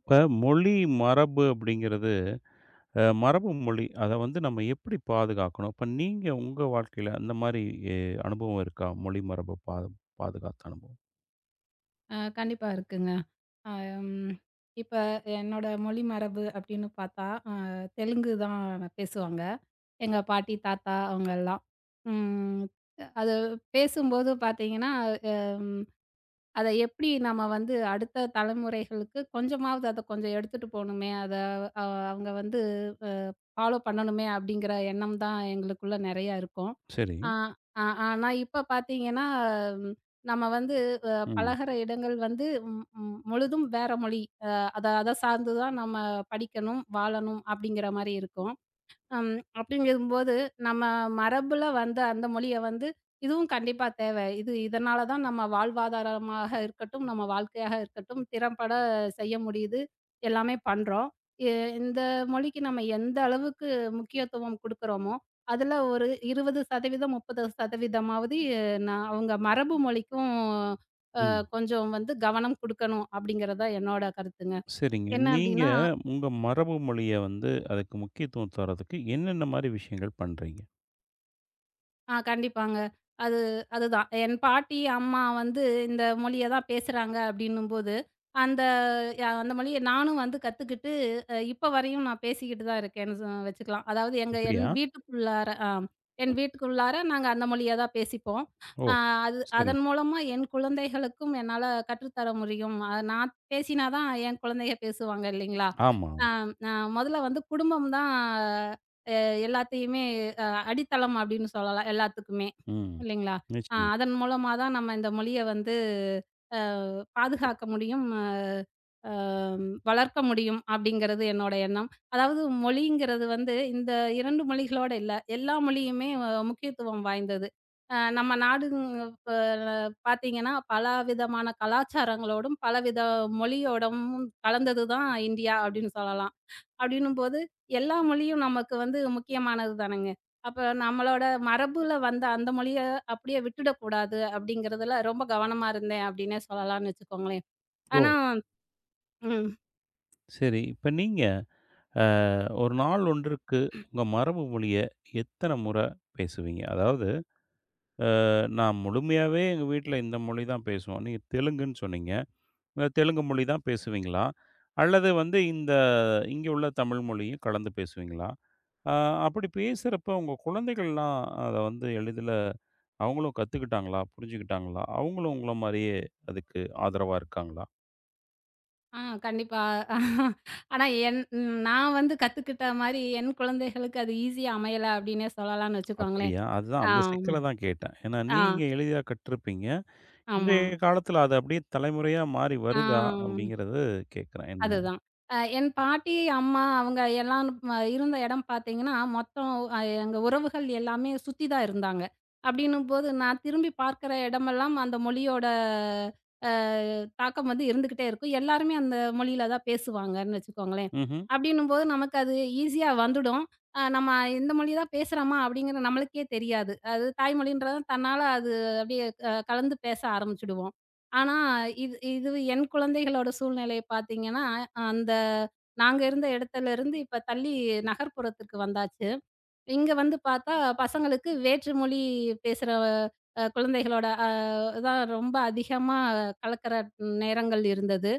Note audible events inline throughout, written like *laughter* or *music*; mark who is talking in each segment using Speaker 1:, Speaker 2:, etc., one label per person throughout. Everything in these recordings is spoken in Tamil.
Speaker 1: இப்போ மொழி மரபு அப்படிங்கிறது, மரபு மொழி அதை வந்து நம்ம எப்படி பாதுகாக்கணும், இப்போ நீங்கள் உங்கள் வாழ்க்கையில் அந்த மாதிரி அனுபவம் இருக்கா? மொழி மரபை பாதுகாத்த அனுபவம்?
Speaker 2: கண்டிப்பா இருக்குங்க. அ ம் இப்ப என்னோட மொழி மரபு அப்படின்னு பார்த்தா, தெலுங்கு தான் பேசுவாங்க. எங்க பாட்டி, தாத்தா அவங்கலாம். ம் அது பேசும்போது பார்த்தீங்கன்னா, அ அத எப்படி நம்ம வந்து அடுத்த தலைமுறைகளுக்கு கொஞ்சமாவது அத கொஞ்சம் எடுத்துட்டு போணுமே, அத அ அவங்க வந்து அ ஃபாலோ பண்ணணுமே அப்படிங்கிற எண்ணம் தான் எங்களுக்குள்ள நெறையா இருக்கும்.
Speaker 1: சரி.
Speaker 2: ஆ ஆ ஆனா இப்ப பார்த்தீங்கன்னா, ம் நம்ம வந்து
Speaker 1: ம்.
Speaker 2: பழகுற இடங்கள் வந்து ம் ம் முழுதும் வேற மொழி. அத அத சார்ந்து தான் நம்ம படிக்கணும், வாழணும் அப்படிங்கிற மாரி இருக்கும். அம் அப்படிங்கும்போது, நம்ம மரபுல வந்த அந்த மொழிய வந்து, இதுவும் கண்டிப்பா தேவை. இதனால தான் நம்ம வாழ்வாதாரமாக இருக்கட்டும், நம்ம வாழ்க்கையாக இருக்கட்டும், திறம்பட செய்ய முடியுது. எல்லாமே பண்றோம். எ இந்த மொழிக்கு நம்ம எந்த அளவுக்கு முக்கியத்துவம் குடுக்குறோமோ, அதுல ஒரு 20%, 30%மாவது நான் அவங்க மரபு மொழிக்கும்
Speaker 1: ம்.
Speaker 2: கொஞ்சம் வந்து கவனம் குடுக்கணும் அப்படிங்கிறது தான் என்னோட கருத்துங்க.
Speaker 1: சரிங்க,
Speaker 2: என்ன அப்படின்னா?
Speaker 1: நீங்கள் உங்கள் மரபு மொழியை வந்து அதுக்கு முக்கியத்துவம் தர்றதுக்கு என்னென்ன மாதிரி விஷயங்கள் பண்ணுறீங்க?
Speaker 2: ஆ கண்டிப்பாங்க. அது அதுதான். என் பாட்டி, அம்மா வந்து இந்த மொழிய தான் பேசுறாங்க அப்டின்னும்போது, அந்த அந்த மொழிய நானும் வந்து கத்துக்கிட்டு, இப்ப வரையும் நான் பேசிக்கிட்டு தான் இருக்கேன்னு வச்சுக்கலாம். அதாவது என்
Speaker 1: அப்படியா?
Speaker 2: வீட்டுக்குள்ளார என் வீட்டுக்குள்ளார நாங்க அந்த மொழிய தான் பேசிப்போம்.
Speaker 1: ஓ.
Speaker 2: அ அது
Speaker 1: சரி.
Speaker 2: அதன் மூலமா என் குழந்தைகளுக்கும் என்னால கற்றுத்தர முடியும். நான் பேசினா தான் என் குழந்தைக பேசுவாங்க இல்லைங்களா?
Speaker 1: ஆமாம்.
Speaker 2: அ அ மொதல்ல வந்து குடும்பம் தான் அ எல்லாத்தையுமே அடித்தளம் அப்படின்னு சொல்லலாம் எல்லாத்துக்குமே.
Speaker 1: ம்.
Speaker 2: இல்லைங்களா?
Speaker 1: நிச்சயம்.
Speaker 2: அதன் மூலமா தான் நம்ம இந்த மொழிய வந்து அ பாதுகாக்க முடியும். அ வளர்க்க முடியும் அப்படிங்கிறது என்னோட எண்ணம். அதாவது மொழிங்கிறது வந்து இந்த 2 மொழிகளோட இல்ல. எல்லா மொழியுமே முக்கியத்துவம் வாய்ந்தது. நம்ம நாடு இப்ப பார்த்தீங்கன்னா, பல விதமான கலாச்சாரங்களோடும், பலவித மொழியோடவும் கலந்தது தான் இந்தியா அப்படின்னு சொல்லலாம். அப்படின்னும்போது, எல்லா மொழியும் நமக்கு வந்து முக்கியமானது தானங்க. அப்ப நம்மளோட மரபுல வந்த அந்த மொழிய அப்படியே விட்டுடக்கூடாது அப்படிங்கிறதுல ரொம்ப கவனமா இருந்தேன் அப்படின்னே சொல்லலாம்னு வச்சுக்கோங்களேன்.
Speaker 1: ஓ.
Speaker 2: ஆனா ம்.
Speaker 1: சரி, இப்போ நீங்கள் ஒரு நாள் ஒன்றுக்கு உங்கள் மரபு மொழியை எத்தனை முறை பேசுவீங்க, அதாவது நான் முழுமையாவே எங்க வீட்ல இந்த மொழி தான் பேசுவோம். நீங்க தெலுங்குன்னு சொன்னீங்க. தெலுங்கு மொழி தான் பேசுவீங்களா? அல்லது வந்து இந்த இங்க உள்ள தமிழ் மொழியும் கலந்து பேசுவீங்களா? அ அப்படி பேசுறப்ப உங்க குழந்தைகள்லாம் அத வந்து எளிதில அவங்களும் கத்துக்கிட்டாங்களா? புரிஞ்சுக்கிட்டாங்களா? அவங்களும் உங்கள மாரியே அதுக்கு ஆதரவா இருக்காங்களா?
Speaker 2: ஆ கண்டிப்பா. ஆனா என் நான் வந்து கத்துக்கிட்ட மாரி என் குழந்தைகளுக்கு அது ஈஸியா அமையல அப்படின்னே சொல்லலாம்னு வச்சுக்கோங்களேன்.
Speaker 1: அப்படியா? அதுதான் அந்த
Speaker 2: ஆம்.
Speaker 1: சிக்கல தான் கேட்டேன். ஏன்னா
Speaker 2: ஆ.
Speaker 1: நீங்க எளிதா கற்றிருப்பீங்க.
Speaker 2: ஆமா.
Speaker 1: இன்றைய காலத்துல அது அப்படியே தலைமுறையா மாறி
Speaker 2: ஆ.
Speaker 1: வருதா? அப்படிங்கிறது கேட்கிறேன் என்ன?
Speaker 2: அதுதான். என் பாட்டி, அம்மா அவங்க எல்லாம் இருந்த இடம் பார்த்தீங்கன்னா, மொத்தம் எங்க உறவுகள் எல்லாமே சுத்தி தான் இருந்தாங்க. அப்படின்னும்போது, நான் திரும்பி பார்க்கிற இடமெல்லாம் அந்த மொழியோட அ தாக்கம் வந்து இருந்துகிட்டே இருக்கும். எல்லாருமே அந்த மொழியில தான் பேசுவாங்கன்னு வச்சுக்கோங்களேன்.
Speaker 1: ம்ஹ்ம்.
Speaker 2: அப்படின்னும்போது நமக்கு அது ஈஸியா வந்துடும். நம்ம இந்த மொழி தான் பேசுறோமா அப்படிங்கிற நம்மளுக்கே தெரியாது. அது தாய்மொழின்றது தன்னால அது அப்படியே கலந்து பேச ஆரம்பிச்சுடுவோம். ஆனா, இது இது என் குழந்தைகளோட சூழ்நிலைய பார்த்தீங்கன்னா, அந்த நாங்க இருந்த இடத்துலருந்து இப்ப தள்ளி நகர்ப்புறத்துக்கு வந்தாச்சு. இங்க வந்து பார்த்தா, பசங்களுக்கு வேற்று மொழி பேசுற குழந்தைகளோட தான் ரொம்ப அதிகமா கலக்கிற நேரங்கள் இருந்தது.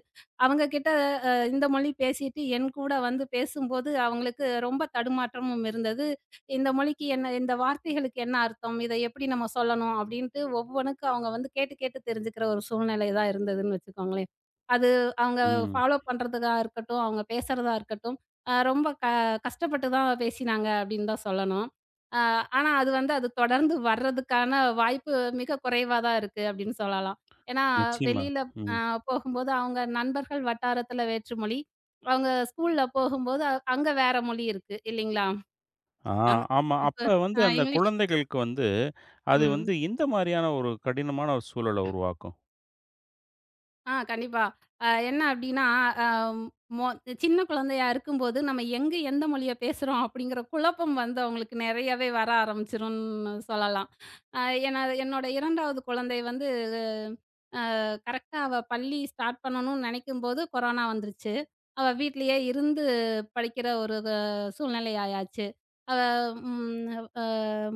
Speaker 2: அவங்க கிட்ட இந்த மொழி பேசிட்டு என் கூட வந்து பேசும்போது, அவங்களுக்கு ரொம்ப தடுமாற்றமும் இருந்தது. இந்த மொழிக்கு என்ன, இந்த வார்த்தைகளுக்கு என்ன அர்த்தம்? இத எப்படி நம்ம சொல்லணும்? அப்படின்ட்டு ஒவ்வொன்னுக்கும் அவங்க வந்து கேட்டு கேட்டு தெரிஞ்சுக்கிற ஒரு சூழ்நிலை தான் இருந்ததுன்னு வச்சுக்கோங்களேன். அது அவங்க
Speaker 1: ம்.
Speaker 2: ஃபாலோ பண்றதுக்கா இருக்கட்டும், அவங்க பேசுறதா இருக்கட்டும் ரொம்ப கஷ்டப்பட்டு தான் பேசினாங்க அப்படின்னு தான் சொல்லணும். அ ஆனா அது வந்து அது தொடர்ந்து வர்றதுக்கான வாய்ப்பு மிக குறைவா தான் இருக்கு அப்படின்னு சொல்லலாம். ஏன்னா
Speaker 1: நிச்சயமா.
Speaker 2: வெளியில அ
Speaker 1: ம்.
Speaker 2: போகும்போது அவங்க நண்பர்கள் வட்டாரத்துல வேற்றுமொழி, அவங்க ஸ்கூல்ல போகும்போது அங்க வேற மொழி இருக்கு இல்லைங்களா?
Speaker 1: ஆ,
Speaker 2: அ.
Speaker 1: ஆமா.
Speaker 2: இப்ப
Speaker 1: அப்ப வந்து அந்த
Speaker 2: இங்கிலீஷ்
Speaker 1: குழந்தைகளுக்கு வந்து, அது வந்து
Speaker 2: ம்.
Speaker 1: எந்த மாரியான ஒரு கடினமான ஒரு சூழல உருவாக்கும்?
Speaker 2: ஆ கண்டிப்பா. என்ன அப்டின்னா, அ மொ சின்ன குழந்தையா இருக்கும்போது, நம்ம எங்க எந்த மொழிய பேசுறோம் அப்படிங்கிற குழப்பம் வந்து அவங்களுக்கு நெறையவே வர ஆரம்பிச்சுரும்ன்னு சொல்லலாம். அ ஏன்னா, என்னோட 2வது குழந்தை வந்து கரெக்ட்டா அவ பள்ளி ஸ்டார்ட் பண்ணணும்னு நினைக்கும்போது கொரோனா வந்துருச்சு. அவ வீட்லயே இருந்து படிக்கிற ஒரு சூழ்நிலை ஆயாச்சு. அவ ம் அ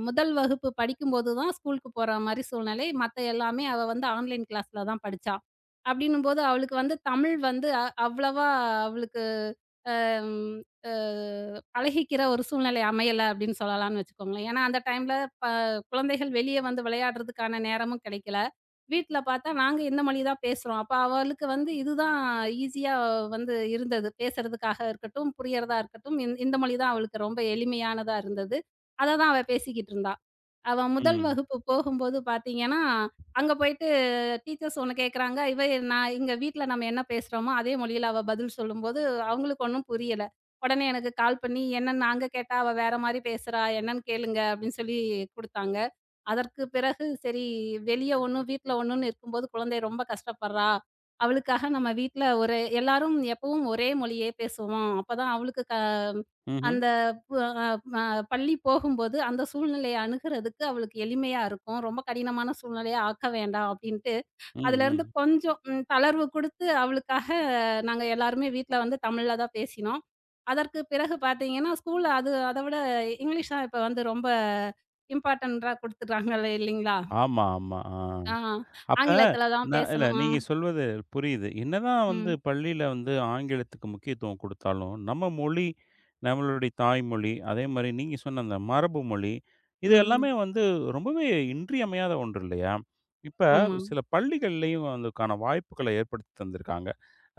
Speaker 2: முதல் வகுப்பு படிக்கும்போது தான் ஸ்கூலுக்கு போற மாரி சூழ்நிலை. மத்த எல்லாமே அவ வந்து ஆன்லைன் கிளாஸ்ல தான் படிச்சா. அப்டின்னும்போது அவளுக்கு வந்து தமிழ் வந்து அவ்வளவா அவளுக்கு ம், அ பழகிக்கிற ஒரு சூழ்நிலை அமையல அப்படின்னு சொல்லலாம்னு வச்சுக்கோங்களேன். ஏன்னா, அந்த டைம்ல ப குழந்தைகள் வெளிய வந்து விளையாடுறதுக்கான நேரமும் கிடைக்கல. வீட்ல பார்த்தா நாங்க இந்த மொழி தான் பேசுறோம். அப்ப அவளுக்கு வந்து இதுதான் ஈஸியா வந்து இருந்தது. பேசுறதுக்காக இருக்கட்டும், புரியறதா இருக்கட்டும், இந்த மொழி தான் அவளுக்கு ரொம்ப எளிமையானதா இருந்தது. அத தான் அவ பேசிக்கிட்டு இருந்தா. அவ முதல்
Speaker 1: ம்.
Speaker 2: வகுப்பு போகும்போது பார்த்தீங்கன்னா, அங்க போயிட்டு டீச்சர்ஸ் ஒண்ணு கேட்குறாங்க. நான் இங்க வீட்ல நம்ம என்ன பேசுறோமோ, அதே மொழியில அவ பதில் சொல்லும்போது, அவங்களுக்கு ஒண்ணும் புரியல. உடனே எனக்கு கால் பண்ணி, என்னன்னு நாங்க கேட்டா அவ வேற மாரி பேசுறா, என்னன்னு கேளுங்க அப்படின்னு சொல்லி குடுத்தாங்க. அதற்கு பிறகு சரி வெளிய ஒண்ணும், வீட்ல ஒண்ணுன்னு இருக்கும்போது குழந்தை ரொம்ப கஷ்டப்படுறா. அவளுக்காக நம்ம வீட்ல ஒரு எல்லாரும் எப்பவும் ஒரே மொழியே பேசுவோம். அப்பதான் அவளுக்கு க
Speaker 1: ம்ஹ்ம்.
Speaker 2: அந்த பு அ ம பள்ளி போகும்போது அந்த சூழ்நிலைய அணுகுறதுக்கு அவளுக்கு எளிமையா இருக்கும். ரொம்ப கடினமான சூழ்நிலையா ஆக்க வேண்டாம் அப்டின்ட்டு,
Speaker 1: ம்,
Speaker 2: அதுலேருந்து
Speaker 1: ம்.
Speaker 2: கொஞ்சம் தளர்வு குடுத்து அவளுக்காக நாங்க எல்லாருமே வீட்ல வந்து தமிழ்ல தான் பேசினோம். அதற்கு பிறகு பார்த்தீங்கன்னா, ஸ்கூல்ல அது அத விட இங்கிலீஷ் தான் இப்ப வந்து ரொம்ப இம்பார்ட்டன்ட்டா குடுத்துடுறாங்க இல்லைங்களா?
Speaker 1: ஆமா, ஆமா. ஆ.
Speaker 2: ஆ
Speaker 1: அப்ப
Speaker 2: ஆங்கிலத்தில தான்
Speaker 1: நான் இல்ல,
Speaker 2: பேசணும். ஆ.
Speaker 1: நீங்க சொல்வது புரியுது. என்னதான் வந்து
Speaker 2: ம்.
Speaker 1: பள்ளியில வந்து ஆங்கிலத்துக்கு முக்கியத்துவம் குடுத்தாலும், நம்ம மொழி, நம்மளுடைய தாய்மொழி, அதேமாரி நீங்க சொன்ன அந்த மரபு மொழி, இது
Speaker 2: ம்.
Speaker 1: எல்லாமே வந்து ரொம்பவே இன்றியமையாத ஒன்று இல்லையா? இப்ப
Speaker 2: ஆமா.
Speaker 1: சில பள்ளிகள்லயும் அதுக்கான வாய்ப்புகள ஏற்படுத்தி தந்திருக்காங்க.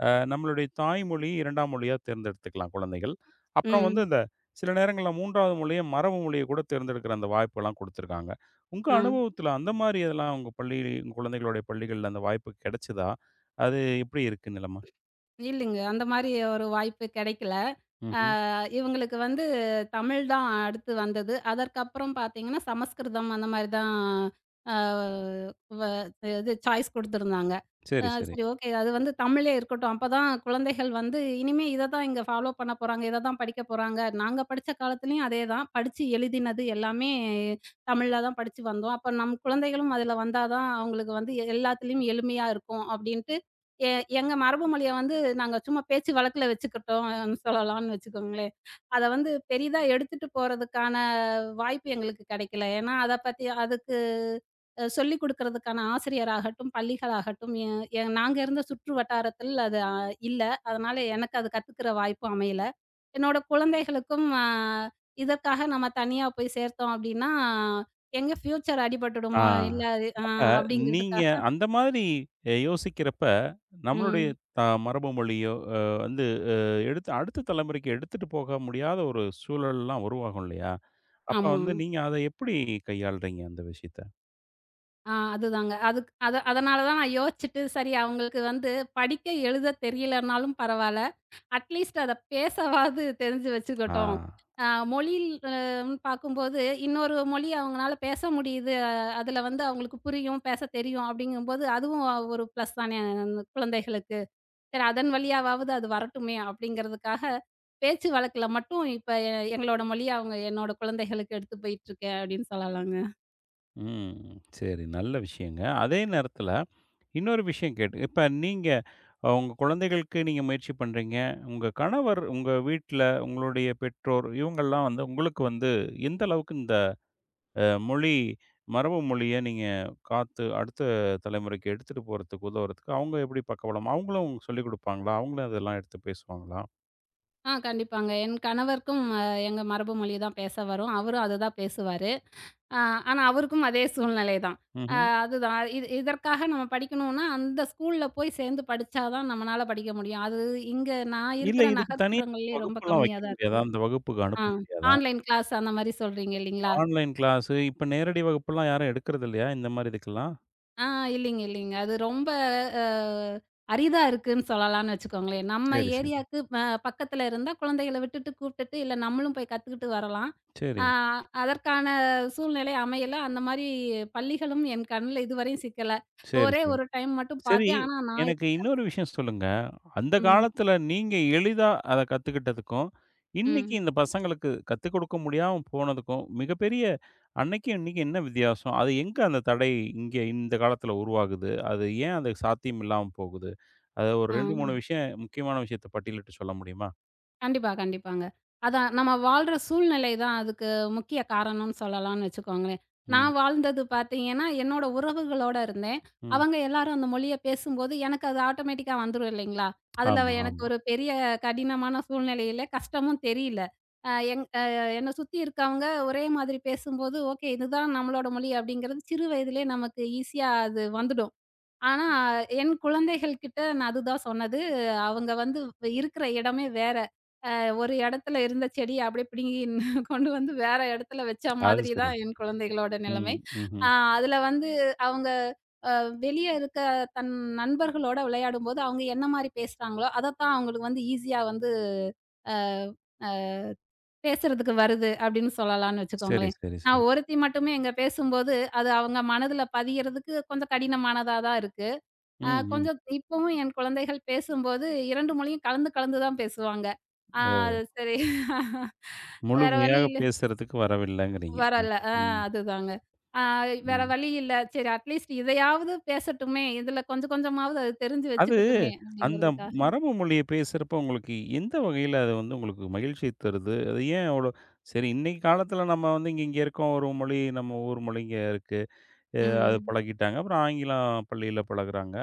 Speaker 1: நம்மளுடைய தாய்மொழி 2ஆம் மொழியா தேர்ந்தெடுத்துக்கலாம் குழந்தைகள். அப்புறம் வந்து
Speaker 2: ம்.
Speaker 1: இந்த சில நேரங்கள்ல 3வது மொழிய மரபு மொழிய கூட தேர்ந்தெடுக்கிற அந்த வாய்ப்பெல்லாம் குடுத்திருக்காங்க. உங்க
Speaker 2: ஆ.
Speaker 1: அனுபவத்துல அந்த மாரி இதெல்லாம் உங்க பள்ளி உங்க குழந்தைகளுடைய பள்ளிகள்ல அந்த வாய்ப்பு கிடைச்சதா? அது எப்படி இருக்கு நிலைமை?
Speaker 2: இல்லைங்க. அந்த மாரி ஒரு வாய்ப்பு கிடைக்கல. ஆ
Speaker 1: ம்ஹ்ம்.
Speaker 2: இவங்களுக்கு வந்து தமிழ் தான் அடுத்து வந்தது. அதற்கப்புறம் பார்த்தீங்கன்னா, சமஸ்கிருதம் அந்த மாரி தான் ஆ வ இது சாய்ஸ் குடுத்துருந்தாங்க.
Speaker 1: சரி, சரி.
Speaker 2: சரி ஓகே. அது வந்து தமிழே இருக்கட்டும். அப்பதான் குழந்தைகள் வந்து இனிமே இத தான் இங்க ஃபாலோ பண்ண போறாங்க. இத தான் படிக்க போறாங்க. நாங்க படிச்ச காலத்துலயும் அதே தான். படிச்சு எழுதினது எல்லாமே தமிழ்ல தான் படிச்சு வந்தோம். அப்ப நம் குழந்தைகளும் அதுல வந்தா தான் அவங்களுக்கு வந்து எல்லாத்துலயும் எளிமையா இருக்கும் அப்படின்னு எ எங்க மரபு மொழிய வந்து நாங்க சும்மா பேச்சு வழக்குல வச்சுக்கிட்டோம் சொல்லலாம்னு வச்சுக்கோங்களேன். அத வந்து பெரிதா எடுத்துட்டு போறதுக்கான வாய்ப்பு எங்களுக்கு கிடைக்கல. ஏன்னா, அத பத்தி அதுக்கு சொல்லிக் குடுக்கறதுக்கான ஆசிரியராகட்டும், பள்ளிகளாகட்டும் எ எ நாங்க இருந்த சுற்று வட்டாரத்தில் அது இல்ல. அதனால எனக்கு அது கத்துக்கிற வாய்ப்பும் அமையல. என்னோட குழந்தைகளுக்கும் இதற்காக நம்ம தனியா போய் சேர்த்தோம் அப்படின்னா, எங்க ஃப்யூச்சர்
Speaker 1: ஆ,
Speaker 2: அடிபட்டுடுமோ! இல்ல அது
Speaker 1: அப்ப நீங்க
Speaker 2: அப்படிங்கிறதுக்காக
Speaker 1: அந்த மாதிரி யோசிக்கிறப்ப, நம்மளுடைய
Speaker 2: ம்.
Speaker 1: த மரபு மொழியோ வந்து எடுத்து அடுத்த தலைமுறைக்கு எடுத்துட்டு போக முடியாத ஒரு சூழல்லாம் உருவாகும் இல்லையா? அப்ப
Speaker 2: ஆமா.
Speaker 1: வந்து நீங்க அத எப்படி கையாளுறீங்க அந்த விஷயத்த?
Speaker 2: அதுதாங்க. அதுக் அத அதனால தான் நான் யோசிச்சுட்டு, சரி அவங்களுக்கு வந்து படிக்க, எழுத தெரியலனாலும் பரவால்ல. அட்லீஸ்ட் அத பேசவாது தெரிஞ்சு
Speaker 1: ஆ.
Speaker 2: வச்சுக்கட்டும். அ மொழியில் பார்க்கும்போது, இன்னொரு மொழி அவங்கனால பேச முடியுது. அதுல வந்து அவங்களுக்கு புரியும், பேச தெரியும் அப்படிங்கும்போது, அதுவும் ஒரு ப்ளஸ் தானே அந்த குழந்தைகளுக்கு. சரி அதன் வழியாவாவது அது வரட்டுமே அப்படிங்கிறதுக்காக, பேச்சு வழக்குல மட்டும் இப்ப எங்களோட மொழிய அவங்க என்னோட குழந்தைகளுக்கு எடுத்து போயிட்டுருக்கேன் அப்படின்னு சொல்லலாங்க.
Speaker 1: ம். சரி. நல்ல விஷயங்க. அதே நேரத்துல இன்னொரு விஷயம் கேட்டு இப்ப நீங்க உங்க குழந்தைகளுக்கு நீங்க முயற்சி பண்றீங்க. உங்க கணவர், உங்க வீட்ல உங்களுடைய பெற்றோர் இவங்கள்லாம் வந்து உங்களுக்கு வந்து எந்த அளவுக்கு இந்த மொழி மரபு மொழிய நீங்க காத்து அடுத்த தலைமுறைக்கு எடுத்துட்டு போறதுக்கு உதவுறதுக்கு அவங்க எப்படி பக்கபலம்? அவங்களும் சொல்லிக் குடுப்பாங்களா? அவங்களும் அதெல்லாம் எடுத்து பேசுவாங்களா?
Speaker 2: ஆ கண்டிப்பாங்க. என் கணவருக்கும் எங்க மரபு மொழி தான் பேச வரும். அவரும் அதுதான் பேசுவாரு. அ ஆனா அவருக்கும் அதே சூழ்நிலை தான். அ
Speaker 1: ம்ஹ்ம்.
Speaker 2: அதுதான். இதற்காக நம்ம படிக்கணும்னா, அந்த ஸ்கூல்ல போய் சேர்ந்து படிச்சா தான் நம்மனால படிக்க முடியும். அது இங்க நான்
Speaker 1: இல்ல,
Speaker 2: இருக்கிற
Speaker 1: இதுக்கு தனியா
Speaker 2: நகர்ப்புறங்கள்லயே ரொம்ப
Speaker 1: வகுப்புலாம் வைக்க
Speaker 2: கம்மியா தான்
Speaker 1: முடியாதா?
Speaker 2: இருக்கு.
Speaker 1: அந்த வகுப்புக்கு
Speaker 2: ஆ
Speaker 1: அனுப்ப முடியாதா?
Speaker 2: ஆன்லைன் கிளாஸ் அந்த மாரி சொல்றீங்க இல்லீங்களா?
Speaker 1: ஆன்லைன் கிளாஸு இப்ப நேரடி வகுப்புலாம் யாரும் எடுக்கறது இல்லையா? இந்த மாரி இதுக்கெல்லாம்?
Speaker 2: ஆ இல்லைங்க, இல்லைங்க. அது ரொம்ப அ அரிதா இருக்குன்னு சொல்லலாம்னு வச்சுக்கோங்களேன். நம்ம
Speaker 1: சரி, சரி.
Speaker 2: ஏரியாக்கு பக்கத்துல இருந்தா குழந்தைகள விட்டுட்டு கூப்ட்டுட்டு, இல்ல நம்மளும் போய் கத்துக்கிட்டு வரலாம்.
Speaker 1: சரி,
Speaker 2: ஆ அதற்கான சூழ்நிலை அமையல. அந்த மாரி பள்ளிகளும் என் கண்ல இதுவரையும் சிக்கல.
Speaker 1: சரி,
Speaker 2: ஒரே
Speaker 1: சரி.
Speaker 2: ஒரு டைம் மட்டும்
Speaker 1: சரி,
Speaker 2: பார்த்தேன். ஆனா நான்
Speaker 1: எனக்கு இன்னொரு விஷயம் சொல்லுங்க. அந்த
Speaker 2: ம்,
Speaker 1: காலத்துல நீங்க எளிதா அத கத்துக்கிட்டதுக்கும், இன்னைக்கு
Speaker 2: ம்.
Speaker 1: இந்த பசங்களுக்கு கத்துக் கொடுக்க முடியாம போனதுக்கும், மிகப்பெரிய அன்னைக்கும் இன்னைக்கும் என்ன வித்தியாசம்? அது எங்க அந்த தடை இங்க இந்த காலத்துல உருவாகுது? அது ஏன் அது சாத்தியம் இல்லாம போகுது? அத ஒரு 2, 3
Speaker 2: ஆ.
Speaker 1: விஷயம் முக்கியமான விஷயத்த பட்டியலிட்டு சொல்ல முடியுமா?
Speaker 2: கண்டிப்பா, கண்டிப்பாங்க. அதான் நம்ம வாழ்ற சூழ்நிலை தான் அதுக்கு முக்கிய காரணம்னு சொல்லலாம்னு வச்சுக்கோங்களேன்.
Speaker 1: ம்,
Speaker 2: நான் வாழ்ந்தது பார்த்தீங்கன்னா, என்னோட உறவுகளோட இருந்தேன்.
Speaker 1: ம்.
Speaker 2: அவங்க எல்லாரும் அந்த மொழிய பேசும்போது, எனக்கு அது ஆட்டோமேட்டிக்கா வந்துரும் இல்லைங்களா? அதுல
Speaker 1: ஆமா,
Speaker 2: எனக்கு
Speaker 1: ஆமா.
Speaker 2: ஒரு பெரிய கடினமான சூழ்நிலையில கஷ்டமும் தெரியல. அ எங் அ என்ன சுத்தி இருக்கவங்க ஒரே மாதிரி பேசும்போது, ஓகே இதுதான் நம்மளோட மொழி அப்படிங்கிறது சிறு வயதிலே நமக்கு ஈஸியா அது வந்துடும். ஆனா, என் குழந்தைகள் கிட்ட நான் அதுதான் சொன்னது. அவங்க வந்து இருக்கிற இடமே வேற. அ ஒரு இடத்துல இருந்த செடிய அப்படியே பிடுங்கி *laughs* இன்னும் கொண்டு வந்து வேற இடத்துல வச்ச
Speaker 1: அது
Speaker 2: மாதிரி
Speaker 1: சரி.
Speaker 2: தான் என் குழந்தைகளோட
Speaker 1: ம்,
Speaker 2: நிலைமை. அ
Speaker 1: ம்ஹ்ம்.
Speaker 2: அதுல வந்து அவங்க அ வெளிய இருக்க தன் நண்பர்களோட விளையாடும்போது, அவங்க என்ன மாரி பேசுறாங்களோ, அதத்தான் அவங்களுக்கு வந்து ஈஸியா வந்து அ பேசுறதுக்கு வருது அப்படின்னு சொல்லலாம்னு
Speaker 1: சரி,
Speaker 2: வச்சுக்கோங்களேன்.
Speaker 1: சரி,
Speaker 2: நான்
Speaker 1: சரி.
Speaker 2: ஒருத்தி மட்டுமே இங்க பேசும்போது, அது அவங்க மனதுல பதியறதுக்கு கொஞ்சம் கடினமானதா தான் இருக்கு.
Speaker 1: ம், ம்.
Speaker 2: கொஞ்சம் இப்பவும் என் குழந்தைகள் பேசும்போது 2 மொழியும் கலந்து கலந்து தான் பேசுவாங்க. ஆ
Speaker 1: ஓ!
Speaker 2: அது சரி. *laughs* வேற வழி
Speaker 1: முழுமையாக
Speaker 2: இல்ல.
Speaker 1: பேசுறதுக்கு வரவில்லைங்கிறீங்க. ம்,
Speaker 2: வரல.
Speaker 1: ம்,
Speaker 2: அதுதாங்க. ஆ வேற
Speaker 1: ம்.
Speaker 2: வழி இல்ல. சரி அட்லீஸ்ட் இதையாவது பேசட்டுமே! இதுல கொஞ்சம் கொஞ்சமாவது அது தெரிஞ்சு
Speaker 1: அது
Speaker 2: வச்சுக்கட்டுமே!
Speaker 1: அந்த
Speaker 2: அப்படிங்கிறதுக்காக.
Speaker 1: மரபு மொழிய பேசுறப்ப உங்களுக்கு எந்த வகையில அது வந்து உங்களுக்கு மகிழ்ச்சிய தருது? அது ஏன் அவ்ளோ? சரி, இன்னைக்கு காலத்துல நம்ம வந்து இங்க இங்க இருக்கோம். ஒரு மொழி நம்ம ஊர் மொழி இங்க இருக்கு. அ அது
Speaker 2: ம்.
Speaker 1: பழகிட்டாங்க. அப்புறம் ஆங்கிலம் பள்ளியில பழகுறாங்க.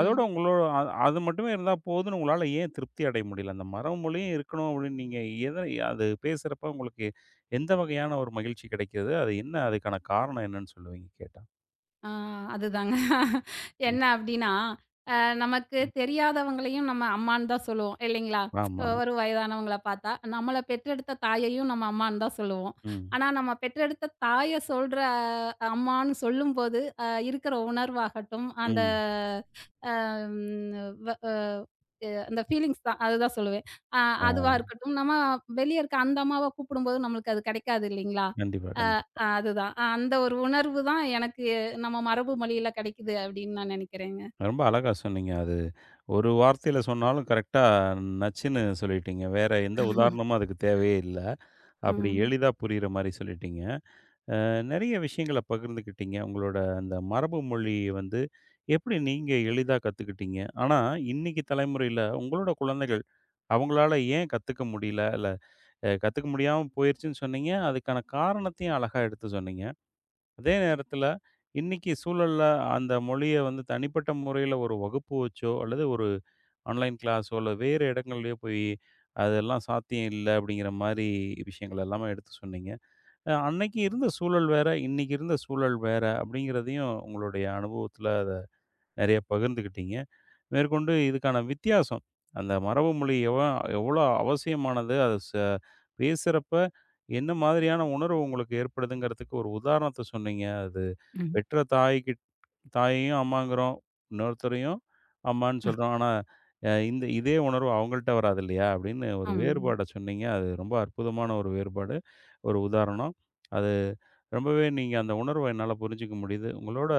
Speaker 1: அதோட உங்களோட அது மட்டுமே இருந்தா போதும்னு உங்களால ஏன் திருப்தி அடைய முடியல? அந்த மரபு மொழியும் இருக்கணும் அப்படின்னு நீங்க எத அது பேசுறப்ப உங்களுக்கு எந்த வகையான ஒரு மகிழ்ச்சி கிடைக்குது? அது என்ன, அதுக்கான காரணம் என்னன்னு சொல்லுவீங்க கேட்டா?
Speaker 2: ஆ அதுதாங்க.
Speaker 1: ம்.
Speaker 2: என்ன அப்டின்னா, அ நமக்கு தெரியாதவங்களையும் நம்ம அம்மான்னு தான் சொல்லுவோம் இல்லைங்களா?
Speaker 1: ஆமா.
Speaker 2: ஒரு வயதானவங்கள பார்த்தா, நம்மள பெற்றெடுத்த தாயையும் நம்ம அம்மான்னு தான் சொல்லுவோம்.
Speaker 1: ம்.
Speaker 2: ஆனா, நம்ம பெற்றெடுத்த தாய சொல்ற அம்மான்னு சொல்லும்போது, இருக்கிற உணர்வாகட்டும், அந்த
Speaker 1: ம்.
Speaker 2: ம் வ அ எ அந்த ஃபீலிங்ஸ் தான். அதுதான் சொல்லுவேன். அ
Speaker 1: ஆ.
Speaker 2: அதுவா இருக்கட்டும். நம்ம வெளிய இருக்க அந்த அம்மாவ கூப்பிடும்போது நம்மளுக்கு அது கிடைக்காது இல்லைங்களா?
Speaker 1: கண்டிப்பா,
Speaker 2: அ
Speaker 1: கண்டிப்பா.
Speaker 2: அதுதான். அந்த ஒரு உணர்வு தான் எனக்கு நம்ம மரபு மொழியில கிடைக்குது அப்படின்னு நான் நினைக்கிறேங்க.
Speaker 1: ரொம்ப அழகா சொன்னீங்க. அது ஒரு வார்த்தையில சொன்னாலும் கரெக்ட்டா நச்சுன்னு சொல்லிட்டீங்க. வேற எந்த உதாரணமும் அதுக்கு தேவையே இல்ல. அப்படி
Speaker 2: ம்.
Speaker 1: எளிதா புரியிற மாரி சொல்லிட்டீங்க. நெறைய விஷயங்கள பகிர்ந்துக்கிட்டீங்க. உங்களோட அந்த மரபு மொழி வந்து எப்படி நீங்க எளிதா கத்துக்கிட்டீங்க? ஆனா இன்னைக்கு தலைமுறையில உங்களோட குழந்தைகள் அவங்களால ஏன் கத்துக்க முடியல? இல்ல கத்துக்க முடியாம போயிருச்சுன்னு சொன்னீங்க. அதுக்கான காரணத்தையும் அழகா எடுத்து சொன்னீங்க. அதே நேரத்துல, இன்னைக்கு சூழல்ல அந்த மொழிய வந்து தனிப்பட்ட முறையில ஒரு வகுப்பு வச்சோ, அல்லது ஒரு ஆன்லைன் கிளாஸோ, இல்ல வேறு இடங்கள்லயோ போய், அதெல்லாம் சாத்தியம் இல்ல அப்படிங்கிற மாரி விஷயங்கள் எல்லாமே எடுத்து சொன்னீங்க. அன்னைக்கு இருந்த சூழல் வேற, இன்னைக்கு இருந்த சூழல் வேற அப்படிங்கிறதையும் உங்களுடைய அனுபவத்துல அத நிறைய பகிர்ந்துக்கிட்டீங்க. மேற்கொண்டு இதுக்கான வித்தியாசம், அந்த மரபு மொழி எவ்வளோ அவசியமானது, அது பேசுறப்ப என்ன மாதிரியான உணர்வு உங்களுக்கு ஏற்படுதுங்கிறதுக்கு ஒரு உதாரணத்த சொன்னீங்க. அது
Speaker 2: ம்.
Speaker 1: பெற்ற தாயையும் அம்மாங்கிறோம், இன்னொருத்தரையும் அம்மான்னு சொல்றோம். ஆனா, அ இந்த இதே உணர்வு அவங்கள்ட்ட வராது இல்லையா? அப்படின்னு ஒரு
Speaker 2: ஆமாங்க.
Speaker 1: வேறுபாட சொன்னீங்க. அது ரொம்ப அற்புதமான ஒரு வேறுபாடு, ஒரு உதாரணம். அது ரொம்பவே, நீங்க அந்த உணர்வ என்னால புரிஞ்சுக்க முடியுது. உங்களோட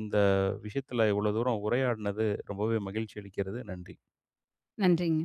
Speaker 1: இந்த விஷயத்துல இவ்வளோ தூரம் உரையாடினது ரொம்பவே மகிழ்ச்சி அளிக்கிறது. நன்றி.
Speaker 2: நன்றிங்க.